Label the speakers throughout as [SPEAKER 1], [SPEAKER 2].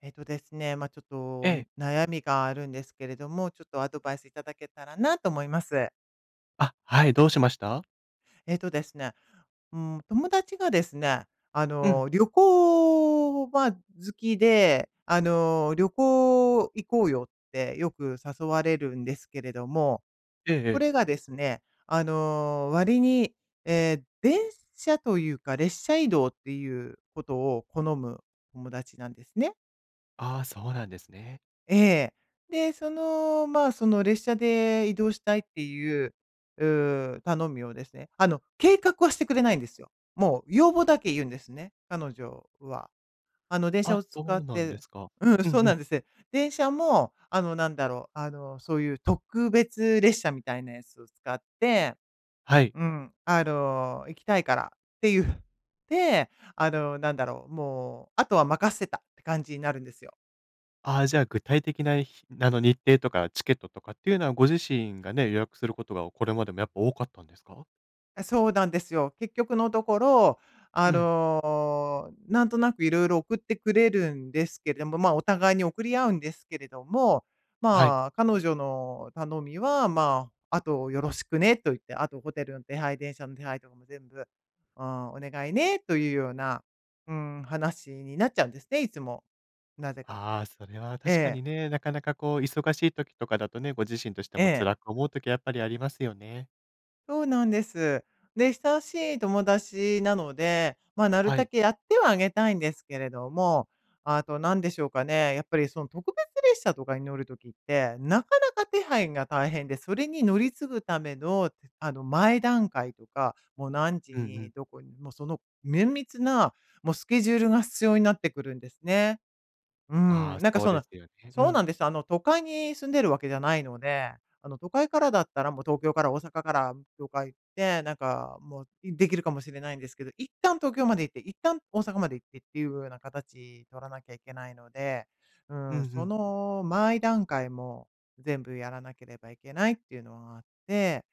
[SPEAKER 1] えっとですね、まあ、ちょっ
[SPEAKER 2] え
[SPEAKER 1] と
[SPEAKER 2] え。
[SPEAKER 1] 悩みがあるんですけれども、ちょっとアドバイスいただけたらなと思います。
[SPEAKER 2] あ、はい、どうしました？
[SPEAKER 1] えっとですね、うん、友達がですね、
[SPEAKER 2] うん。
[SPEAKER 1] 旅行は好きで、旅行行こうよってよく誘われるんですけれども、
[SPEAKER 2] えええ
[SPEAKER 1] こ
[SPEAKER 2] え。
[SPEAKER 1] れがですね、割に、電車というか列車移動っていうことを好む友達なんですね。
[SPEAKER 2] ああ、そうなんですね。
[SPEAKER 1] ええ。で、その、まあ、その列車で移動したいっていう、頼みをですね、計画はしてくれないんですよ。もう要望だけ言うんですね、彼女は。電車
[SPEAKER 2] あ、
[SPEAKER 1] を
[SPEAKER 2] そ
[SPEAKER 1] 使っ
[SPEAKER 2] うなんで
[SPEAKER 1] て、
[SPEAKER 2] すか。
[SPEAKER 1] うん、
[SPEAKER 2] う
[SPEAKER 1] そ
[SPEAKER 2] ん
[SPEAKER 1] う
[SPEAKER 2] う
[SPEAKER 1] な
[SPEAKER 2] ん。
[SPEAKER 1] んです。電車も、なんだろう、そういう特別列車みたいなやつを使って、
[SPEAKER 2] はい。
[SPEAKER 1] うん、行きたいからって言って、なんだろう、もう、あとは任せたって感じになるんですよ。
[SPEAKER 2] ああ、じゃあ具体的な、ひあの、日程とかチケットとかっていうのは、ご自身がね、予約することがこれまでもやっぱ多かったんですか？
[SPEAKER 1] そうなんですよ。結局のところ、
[SPEAKER 2] うん。
[SPEAKER 1] なんとなくいろいろ送ってくれるんですけれども、まあ、お互いに送り合うんですけれども、
[SPEAKER 2] はい。
[SPEAKER 1] まあ、彼女の頼みは、まあ、あとよろしくねと言って、あとホテルの手配、電車の手配とかも全部、うん、お願いねというような、うん、話になっちゃうんですね、いつも。なぜか。
[SPEAKER 2] ああ、それは確か
[SPEAKER 1] ええ、
[SPEAKER 2] にね、なかなかこう忙しい時とかだとね、ご自身として
[SPEAKER 1] え
[SPEAKER 2] も辛
[SPEAKER 1] え。
[SPEAKER 2] く思う時やっぱりありますよね。
[SPEAKER 1] そうなんです。で、親しい友達なので、まあ、なる
[SPEAKER 2] は
[SPEAKER 1] だ
[SPEAKER 2] い。
[SPEAKER 1] けやってはあげたいんですけれども、あと何でしょうかね、やっぱりその特別列車とかに乗る時って、なかなか手配が大変で、それに乗り継ぐための、前段階とか、もう何時
[SPEAKER 2] うんう
[SPEAKER 1] に
[SPEAKER 2] ん。
[SPEAKER 1] どこに、もうその綿密な、もうスケジュールが必要になってくるんですね。う
[SPEAKER 2] あ
[SPEAKER 1] ん、
[SPEAKER 2] あ、
[SPEAKER 1] なんか
[SPEAKER 2] そう
[SPEAKER 1] そ
[SPEAKER 2] で
[SPEAKER 1] の
[SPEAKER 2] すよね。う
[SPEAKER 1] そうな
[SPEAKER 2] ん。
[SPEAKER 1] んです。都会に住んでるわけじゃないので、都会からだったら、もう東京から大阪からとか行って、なんかもう、いできるかもしれないんですけど、一旦東京まで行って、一旦大阪まで行ってっていうような形取らなきゃいけないので、う
[SPEAKER 2] うんう
[SPEAKER 1] ん、そ
[SPEAKER 2] ん。
[SPEAKER 1] の前段階も全部やらなければいけないっていうのはあって、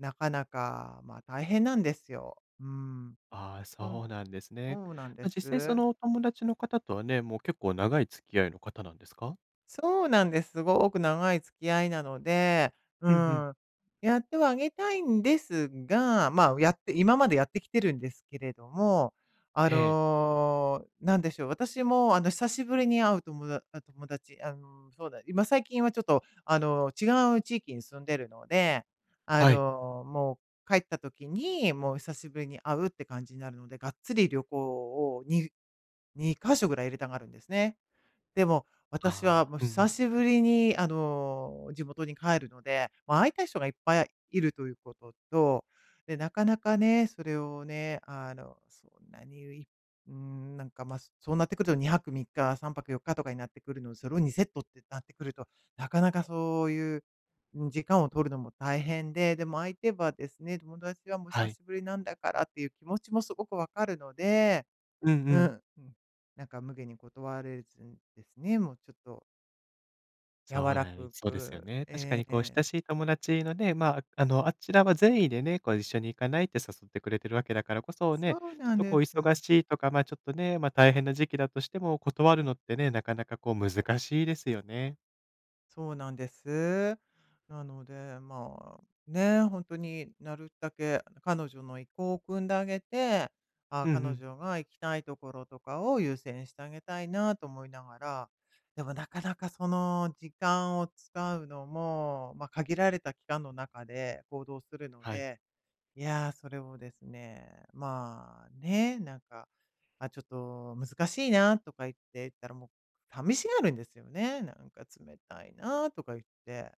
[SPEAKER 1] なかなか、まあ、大変なんですよ。うん。
[SPEAKER 2] ああ、
[SPEAKER 1] そう
[SPEAKER 2] そうなんですね。
[SPEAKER 1] そうなんで
[SPEAKER 2] あ、実際そ
[SPEAKER 1] す。
[SPEAKER 2] のお友達の方とはね、もう結構長い付き合いの方なんですか？
[SPEAKER 1] そうなんです。すごく長い付き合いなので、う
[SPEAKER 2] うんうん。
[SPEAKER 1] ん。やってはあげたいんですが、まあ、やって今までやってきてるんですけれども、
[SPEAKER 2] ええ、
[SPEAKER 1] なんでしょう、私も、久しぶりに会う友達、そうだ、今最近はちょっと、違う地域に住んでるので、
[SPEAKER 2] はい。
[SPEAKER 1] もう帰った時に、もう久しぶりに会うって感じになるので、がっつり旅行をに2かしょ箇所ぐらい入れたがるんですね。でも、私は
[SPEAKER 2] ああ、
[SPEAKER 1] もう
[SPEAKER 2] うんう
[SPEAKER 1] 久
[SPEAKER 2] ん。
[SPEAKER 1] しぶりに、地元に帰るので、まあ、会いたい人がいっぱいいるということと、で、なかなかね、それをね、そんなに、いうん、なんか、まあ、そうなってくると2泊3日、3泊4日とかになってくるので、それを2セットってなってくると、なかなかそういう、うん、時間を取るのも大変で、でも相手はですね、友達はもう
[SPEAKER 2] は
[SPEAKER 1] 久
[SPEAKER 2] い。
[SPEAKER 1] しぶりなんだからっていう気持ちもすごくわかるので、
[SPEAKER 2] うんう
[SPEAKER 1] う
[SPEAKER 2] ん。
[SPEAKER 1] ん、うん。なんか無下に断れずんですね、もうちょっと柔
[SPEAKER 2] そう
[SPEAKER 1] ら
[SPEAKER 2] なん
[SPEAKER 1] く
[SPEAKER 2] そうですよ
[SPEAKER 1] く、
[SPEAKER 2] ね。確か
[SPEAKER 1] え
[SPEAKER 2] にこう
[SPEAKER 1] え。
[SPEAKER 2] 親しい友達のね、まあ、あちらは善意でね、こう一緒に行かないって誘ってくれてるわけだからこそね、
[SPEAKER 1] そう
[SPEAKER 2] ちょ
[SPEAKER 1] な
[SPEAKER 2] っ
[SPEAKER 1] ん
[SPEAKER 2] とこ
[SPEAKER 1] で
[SPEAKER 2] う忙
[SPEAKER 1] す。
[SPEAKER 2] しいとか、ま、ちょっとね、ま、大変な時期だとしても、断るのってね、なかなかこう難しいですよね。
[SPEAKER 1] そうなんです。なので、まあ、ね、本当になるだけ彼女の意向を汲んであげて、
[SPEAKER 2] うんう
[SPEAKER 1] 彼
[SPEAKER 2] ん。
[SPEAKER 1] 女が行きたいところとかを優先してあげたいなと思いながら、でもなかなかその時間を使うのも、まあ、限られた期間の中で行動するの
[SPEAKER 2] はい。
[SPEAKER 1] で、いやー、それをですね、まあ、ね、なんか、あ、ちょっと難しいなとか言ったら、もう寂しがるんですよね。なんか冷たいなとか言って、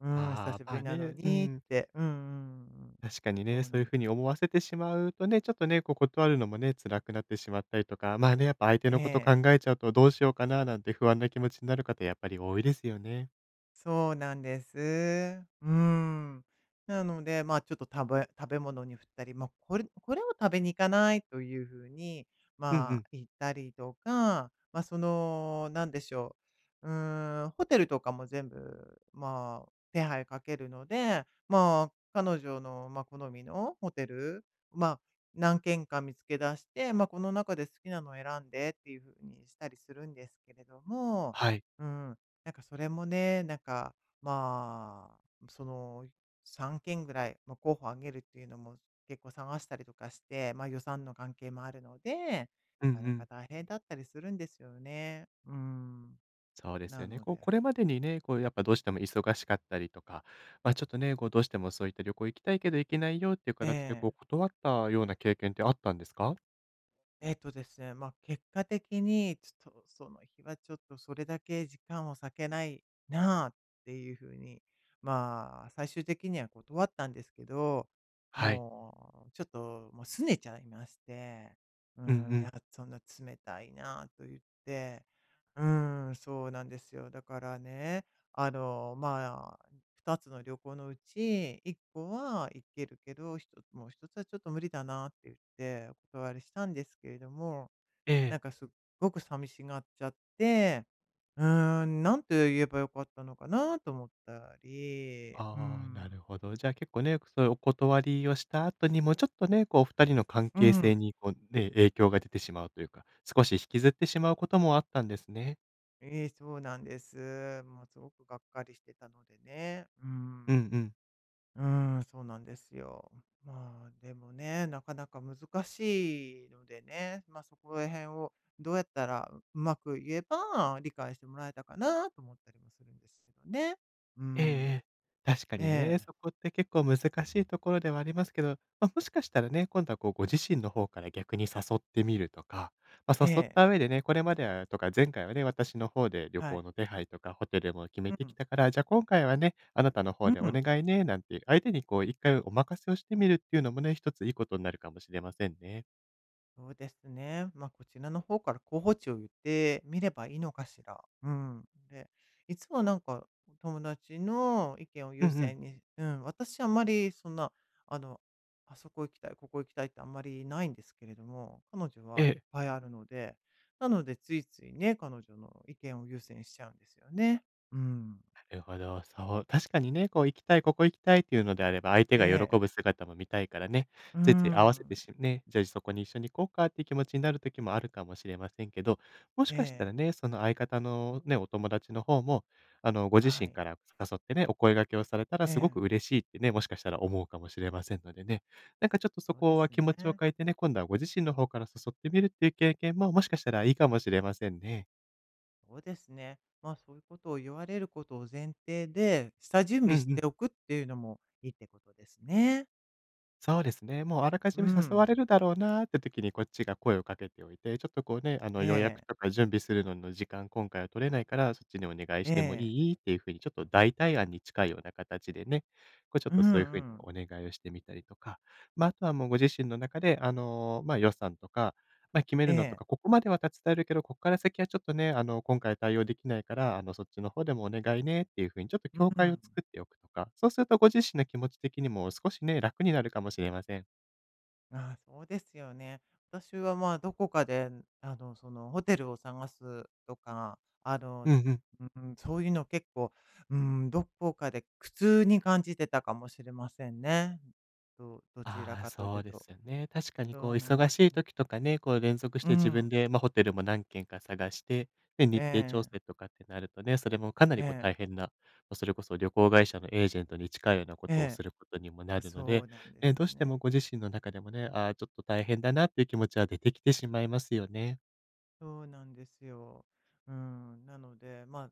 [SPEAKER 1] うん、久
[SPEAKER 2] あ
[SPEAKER 1] し
[SPEAKER 2] あ、
[SPEAKER 1] ぶ
[SPEAKER 2] ま
[SPEAKER 1] り
[SPEAKER 2] あ
[SPEAKER 1] なの
[SPEAKER 2] ね、う
[SPEAKER 1] にっ
[SPEAKER 2] ん。
[SPEAKER 1] て。うんうんうん。
[SPEAKER 2] 確かにね、
[SPEAKER 1] そう
[SPEAKER 2] そう
[SPEAKER 1] な
[SPEAKER 2] い
[SPEAKER 1] ん
[SPEAKER 2] う
[SPEAKER 1] です。
[SPEAKER 2] 風に思わせてしまうとね、ちょっとね、こう断るのもね、辛くなってしまったりとか、まあね、やっぱ相手
[SPEAKER 1] え
[SPEAKER 2] のこと考
[SPEAKER 1] え。
[SPEAKER 2] えちゃうとどうしようかななんて不安な気持ちになる方やっぱり多いですよね。
[SPEAKER 1] そうなんです。うん。なので、まあ、ちょっと食べ物に振ったり、まあ、これを食べに行かないというふうに、
[SPEAKER 2] うんう
[SPEAKER 1] まあ、
[SPEAKER 2] ん。
[SPEAKER 1] 言ったりとか、まあ、その、なんでしょう。うん、ホテルとかも全部、まあ、手配かけるので、まあ、彼女の、まあ、好みのホテル、まあ、何軒か見つけ出して、まあ、この中で好きなのを選んでっていうふうにしたりするんですけれども、
[SPEAKER 2] はい。
[SPEAKER 1] うん。なんかそれもね、なんか、まあ、その3件ぐらい、まあ、候補挙げるっていうのも結構探したりとかして、ま、予算の関係もあるので、
[SPEAKER 2] う
[SPEAKER 1] な
[SPEAKER 2] んう
[SPEAKER 1] かなか
[SPEAKER 2] ん。
[SPEAKER 1] 大変だったりするんですよね。うーん。
[SPEAKER 2] そうです
[SPEAKER 1] な
[SPEAKER 2] よね。
[SPEAKER 1] の
[SPEAKER 2] こう、
[SPEAKER 1] で、
[SPEAKER 2] これまでにね、こうやっぱどうしても忙しかったりとか、まあちょっとね、こうどうしてもそういった旅行行きたいけど行けないよっていう
[SPEAKER 1] え
[SPEAKER 2] 形でこう
[SPEAKER 1] え。
[SPEAKER 2] 断ったような経験ってあったんですか？
[SPEAKER 1] えっとですね、まあ、結果的に、ちょっとその日はちょっとそれだけ時間を割けないなあっていう風に、まあ、最終的には断ったんですけど、
[SPEAKER 2] はい。
[SPEAKER 1] もう拗ねちゃいまして、う
[SPEAKER 2] うんう
[SPEAKER 1] ん、いや、
[SPEAKER 2] ん。
[SPEAKER 1] そんな冷たいなあと言って、うん、そうなんですよ。だからね、あの、ま2つの旅行のうち、1個は行けるけど、もう1つはちょっと無理だなって言って、お断りしたんですけれども、
[SPEAKER 2] ええ。
[SPEAKER 1] なんかすっごく寂しがっちゃって、うーん、なんて言えばよかったのかなと思ったり、う
[SPEAKER 2] ああ、な
[SPEAKER 1] ん、
[SPEAKER 2] るほど。じゃあ結構ね、そういうお断りをした後にも、ちょっとね、こう二人の関
[SPEAKER 1] う
[SPEAKER 2] 係性
[SPEAKER 1] ん、
[SPEAKER 2] にこうね、影響が出てしまうというか、少し引きずってしまうこともあったんですね。
[SPEAKER 1] ええ、そうなんです。もうすごくがっかりしてたのでね。う
[SPEAKER 2] うんう
[SPEAKER 1] ん。
[SPEAKER 2] ん。
[SPEAKER 1] うーん、そうなんですよ。まあ、でもね、なかなか難しいのでね、ま、そこら辺をどうやったらうまく言えば理解してもらえたかなと思ったりもするんですけどね。う
[SPEAKER 2] えええ
[SPEAKER 1] ん。
[SPEAKER 2] え。確かに
[SPEAKER 1] え
[SPEAKER 2] ね、
[SPEAKER 1] え、
[SPEAKER 2] そこって結構難しいところではありますけど、まあ、もしかしたらね、今度はこうご自身の方から逆に誘ってみるとか、まあ、
[SPEAKER 1] え
[SPEAKER 2] 誘っ
[SPEAKER 1] え、
[SPEAKER 2] た上でね、これまではとか前回はね、私の方で旅
[SPEAKER 1] はい。
[SPEAKER 2] 行の手配とかホテルも決め
[SPEAKER 1] う
[SPEAKER 2] てき
[SPEAKER 1] ん、
[SPEAKER 2] たから、じゃあ今回はね、あなたの
[SPEAKER 1] う
[SPEAKER 2] 方でお
[SPEAKER 1] ん。
[SPEAKER 2] 願いね、なんて相手にこう一回お任せをしてみるっていうのもね、一ついいことになるかもしれませんね。
[SPEAKER 1] そうですね。まあ、こちらの方から候補地を言ってみればいいのかしら。うん。で、いつもなんか、友達の意見を
[SPEAKER 2] うん
[SPEAKER 1] 優
[SPEAKER 2] うん。
[SPEAKER 1] 先に、うん、私あんまりそんな、あの、あそこ行きたい、ここ行きたいってあんまりないんですけれども、彼女は
[SPEAKER 2] え
[SPEAKER 1] い
[SPEAKER 2] え。
[SPEAKER 1] っぱいあるので、なのでついついね、彼女の意見を優先しちゃうんですよね。うん。
[SPEAKER 2] なるほど、そう、確かにね、こう行きたい、ここ行きたいっていうのであれば、相手
[SPEAKER 1] え
[SPEAKER 2] が喜ぶ
[SPEAKER 1] え。
[SPEAKER 2] 姿も見たいからね、
[SPEAKER 1] う
[SPEAKER 2] ついつい合わせて
[SPEAKER 1] ん。
[SPEAKER 2] しね、じゃあそこに一緒に行こうかっていう気持ちになる時もあるかもしれませんけど、もし
[SPEAKER 1] え
[SPEAKER 2] かしたら
[SPEAKER 1] え。
[SPEAKER 2] ね、その相方のね、お友達の方も、ご自
[SPEAKER 1] は
[SPEAKER 2] 身
[SPEAKER 1] い。
[SPEAKER 2] から誘ってね、お声掛けをされたら
[SPEAKER 1] え
[SPEAKER 2] すご
[SPEAKER 1] え。
[SPEAKER 2] く嬉しいってね、もしかしたら思うかもしれませんのでね、なんかちょっとそ
[SPEAKER 1] そうで
[SPEAKER 2] こは
[SPEAKER 1] す
[SPEAKER 2] 気持ちを
[SPEAKER 1] ね。
[SPEAKER 2] 変えてね、今度はご自身の方から誘ってみるっていう経験も、もしかしたらいいかもしれませんね。
[SPEAKER 1] そうですね。まあ、そういうことを言われることを前提で、下準
[SPEAKER 2] うん
[SPEAKER 1] 備
[SPEAKER 2] う
[SPEAKER 1] し
[SPEAKER 2] ん。
[SPEAKER 1] ておくっていうのもいいってことですね。
[SPEAKER 2] そうですね。もうあらか
[SPEAKER 1] う
[SPEAKER 2] じめ誘わ
[SPEAKER 1] ん。
[SPEAKER 2] れるだろうなーって時にこっちが声をかけておいて、ちょっとこうね、
[SPEAKER 1] え
[SPEAKER 2] 予約
[SPEAKER 1] え、
[SPEAKER 2] とか準備するのの時間今回は取れないから、そっちにお願い
[SPEAKER 1] え
[SPEAKER 2] しても
[SPEAKER 1] え、
[SPEAKER 2] いい？っていう風にちょっと代替案に近いような形でね、こうちょっ
[SPEAKER 1] うん
[SPEAKER 2] と
[SPEAKER 1] う
[SPEAKER 2] そういう風に
[SPEAKER 1] ん。
[SPEAKER 2] お願いをしてみたりとか、まあ、あとはもうご自身の中でまあ、予算とか、まあ、決め
[SPEAKER 1] え
[SPEAKER 2] るのと
[SPEAKER 1] え、
[SPEAKER 2] か、ここまでは立ち伝えるけど、ここから先はちょっとね、今回対応できないから、そっちの方でもお願いねっていう風にちょっと境
[SPEAKER 1] う
[SPEAKER 2] 界を
[SPEAKER 1] ん。
[SPEAKER 2] 作っておくとか、そうするとご自身の気持ち的にも少しね、楽になるかもしれません。
[SPEAKER 1] ああ、そうですよね。私はまあ、どこかで、その、ホテルを探すとか、
[SPEAKER 2] うんうん。
[SPEAKER 1] うん、そういうの結構、うん、どこかで苦痛に感じてたかもしれませんね。どちら
[SPEAKER 2] ああ、
[SPEAKER 1] かとい
[SPEAKER 2] そう
[SPEAKER 1] う
[SPEAKER 2] で
[SPEAKER 1] と。
[SPEAKER 2] すよね。確かにこ
[SPEAKER 1] そ
[SPEAKER 2] う
[SPEAKER 1] うなんで
[SPEAKER 2] 忙
[SPEAKER 1] す
[SPEAKER 2] しい
[SPEAKER 1] ね。
[SPEAKER 2] 時とかね、こう連続し
[SPEAKER 1] う
[SPEAKER 2] て自
[SPEAKER 1] ん。
[SPEAKER 2] 分で、まあ、ホテルも何軒か探して、で、
[SPEAKER 1] え
[SPEAKER 2] 日程調
[SPEAKER 1] え。
[SPEAKER 2] 整とかってなるとね、それもかなり
[SPEAKER 1] え
[SPEAKER 2] こう
[SPEAKER 1] え、
[SPEAKER 2] 大変な、ま、それこそ旅行会社のエージェントに近いようなこ
[SPEAKER 1] え
[SPEAKER 2] とをす
[SPEAKER 1] え。
[SPEAKER 2] ることにもな
[SPEAKER 1] あ、
[SPEAKER 2] るの
[SPEAKER 1] そ
[SPEAKER 2] で、
[SPEAKER 1] うなんです
[SPEAKER 2] ど
[SPEAKER 1] よ
[SPEAKER 2] うして
[SPEAKER 1] ね。
[SPEAKER 2] もご自身の中でもね、ああ、ちょっと大変だなっていう気持ちは出てきてしまいますよね。
[SPEAKER 1] そうなんですよ。うん、なので、まあ、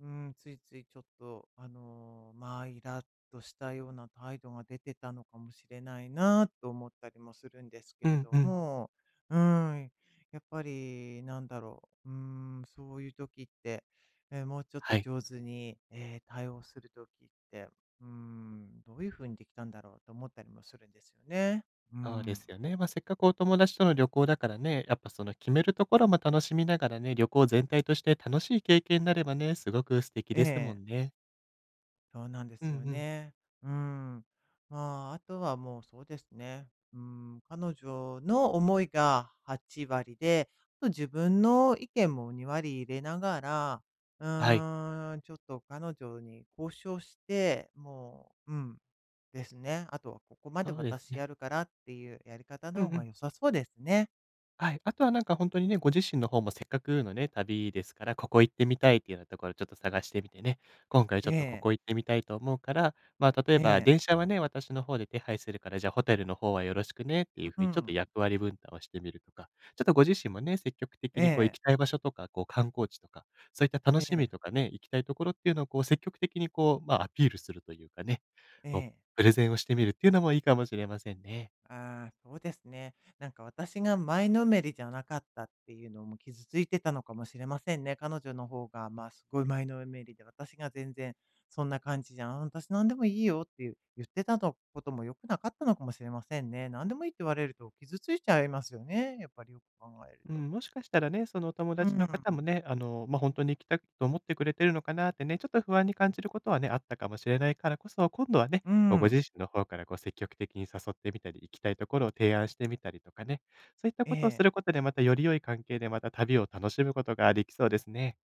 [SPEAKER 1] うん、ついついちょっと、まあ、イラッとしたような態度が出てたのかもしれないなと思ったりもするんですけ
[SPEAKER 2] う
[SPEAKER 1] れ
[SPEAKER 2] ん
[SPEAKER 1] ど
[SPEAKER 2] うん。
[SPEAKER 1] も、うん、やっぱりなんだろう、うん、そういう時って、え、もうちょっと
[SPEAKER 2] はい。
[SPEAKER 1] 上手に、対応する時って、うん、どういうふうにできたんだろうと思ったりもするんですよね。う
[SPEAKER 2] そうで
[SPEAKER 1] ん、
[SPEAKER 2] すよね。まあ、せっかくお友達との旅行だからね、やっぱその決めるところも楽しみながらね、旅行全体として楽しい経験になればね、すごく素敵
[SPEAKER 1] え
[SPEAKER 2] ですも
[SPEAKER 1] え。
[SPEAKER 2] んね。
[SPEAKER 1] そうなんで
[SPEAKER 2] うん
[SPEAKER 1] すよ
[SPEAKER 2] うん。
[SPEAKER 1] ね。うん。まあ、あとはもうそうですね。うん、彼女の思いが8割で、あと自分の意見も2割入れながら、う
[SPEAKER 2] はい、
[SPEAKER 1] ーん、ちょっと彼女に交渉して、もう、うん、ですね。あとはここまで
[SPEAKER 2] そうです
[SPEAKER 1] 私
[SPEAKER 2] ね。
[SPEAKER 1] やるからっていうやり方
[SPEAKER 2] うんう
[SPEAKER 1] の方が
[SPEAKER 2] ん。
[SPEAKER 1] 良さそうですね。
[SPEAKER 2] はい。あとはなんか本当にね、ご自身の方もせっかくのね、旅ですから、ここ行ってみたいっていうようなところちょっと探してみてね、今回ち
[SPEAKER 1] え
[SPEAKER 2] ょっとこ
[SPEAKER 1] え、
[SPEAKER 2] こ行ってみたいと思うから、まあ、例え
[SPEAKER 1] え
[SPEAKER 2] ば
[SPEAKER 1] え、
[SPEAKER 2] 電車はね、私の方で手配するから、じゃあホテルの方はよろしくねっていうふ
[SPEAKER 1] う
[SPEAKER 2] うにちょっと
[SPEAKER 1] ん、
[SPEAKER 2] 役割分担をしてみるとか、ちょっとご自身もね、積極的
[SPEAKER 1] え
[SPEAKER 2] にこう行
[SPEAKER 1] え、
[SPEAKER 2] きたい場所とか、こう観光地とか、そういった楽
[SPEAKER 1] え
[SPEAKER 2] しみ
[SPEAKER 1] え、
[SPEAKER 2] とかね、行きたいところっていうのをこう積極的にこう、まあ、アピールするというかね、
[SPEAKER 1] え
[SPEAKER 2] こう
[SPEAKER 1] え。
[SPEAKER 2] プレゼンをしてみるっていうのもいいかもしれませんね。
[SPEAKER 1] ああ、そうですね。なんか私が前のめりじゃなかったっていうのも傷ついてたのかもしれませんね。彼女の方が、まあ、すごい前のめりで、私が全然そんな感じじゃん。私何でもいいよっていう言ってたのことも良くなかったのかもしれませんね。何でもいいって言われると傷ついちゃいますよね。やっぱりよく考える
[SPEAKER 2] う
[SPEAKER 1] と。
[SPEAKER 2] ん、もしかしたらね、そのお友
[SPEAKER 1] う
[SPEAKER 2] 達の
[SPEAKER 1] ん。
[SPEAKER 2] 方もね、ま、本当に行きたいと思ってくれてるのかなってね、ちょっと不安に感じることはね、あったかもしれないからこそ、今度はね、
[SPEAKER 1] う
[SPEAKER 2] こうご自
[SPEAKER 1] ん。
[SPEAKER 2] 身の方からこう積極的に誘ってみたり、行きたいところを提案してみたりとかね、そういったことを
[SPEAKER 1] ええ、
[SPEAKER 2] することで、またより良い関係でまた旅を楽しむことができそうですね。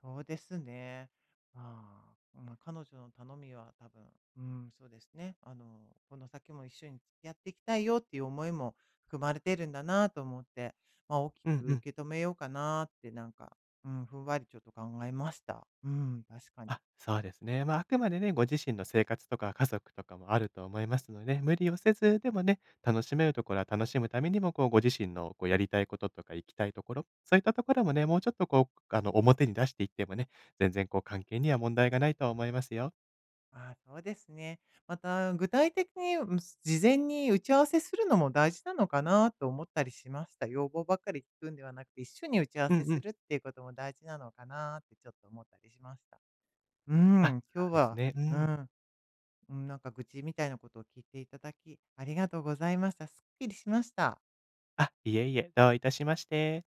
[SPEAKER 1] そうですね。まあ、まあ、彼女の頼みは多分、うん、そうですね。この先も一緒に付き合っていきたいよっていう思いも含まれてるんだなと思って、まあ、大き
[SPEAKER 2] うん
[SPEAKER 1] く
[SPEAKER 2] うん。
[SPEAKER 1] 受け止めようかなって、なんか、うん、ふんわりちょっと考えました。うん、確かに。
[SPEAKER 2] あ、そうですね。まあ、あくまでね、ご自身の生活とか家族とかもあると思いますのでね、無理をせず、でもね、楽しめるところは楽しむためにも、こう、ご自身のこうやりたいこととか行きたいところ、そういったところもね、もうちょっとこう、表に出していってもね、全然こう、関係には問題がないと思いますよ。
[SPEAKER 1] ああ、そうですね。また、具体的に、うん、事前に打ち合わせするのも大事なのかなと思ったりしました。要望ばっかり聞くんではなくて、一緒に打ち合わ
[SPEAKER 2] う
[SPEAKER 1] せ
[SPEAKER 2] んう
[SPEAKER 1] す
[SPEAKER 2] ん。
[SPEAKER 1] るっていうことも大事なのかなってちょっと思ったりしました。う
[SPEAKER 2] あ、
[SPEAKER 1] ん、
[SPEAKER 2] そ
[SPEAKER 1] 今日
[SPEAKER 2] うです
[SPEAKER 1] は、
[SPEAKER 2] ね。う
[SPEAKER 1] う
[SPEAKER 2] ん。
[SPEAKER 1] ん、うん、なんか愚痴みたいなことを聞いていただき、ありがとうございました。すっきりしました。
[SPEAKER 2] あ、いえいえ、どういたしまして。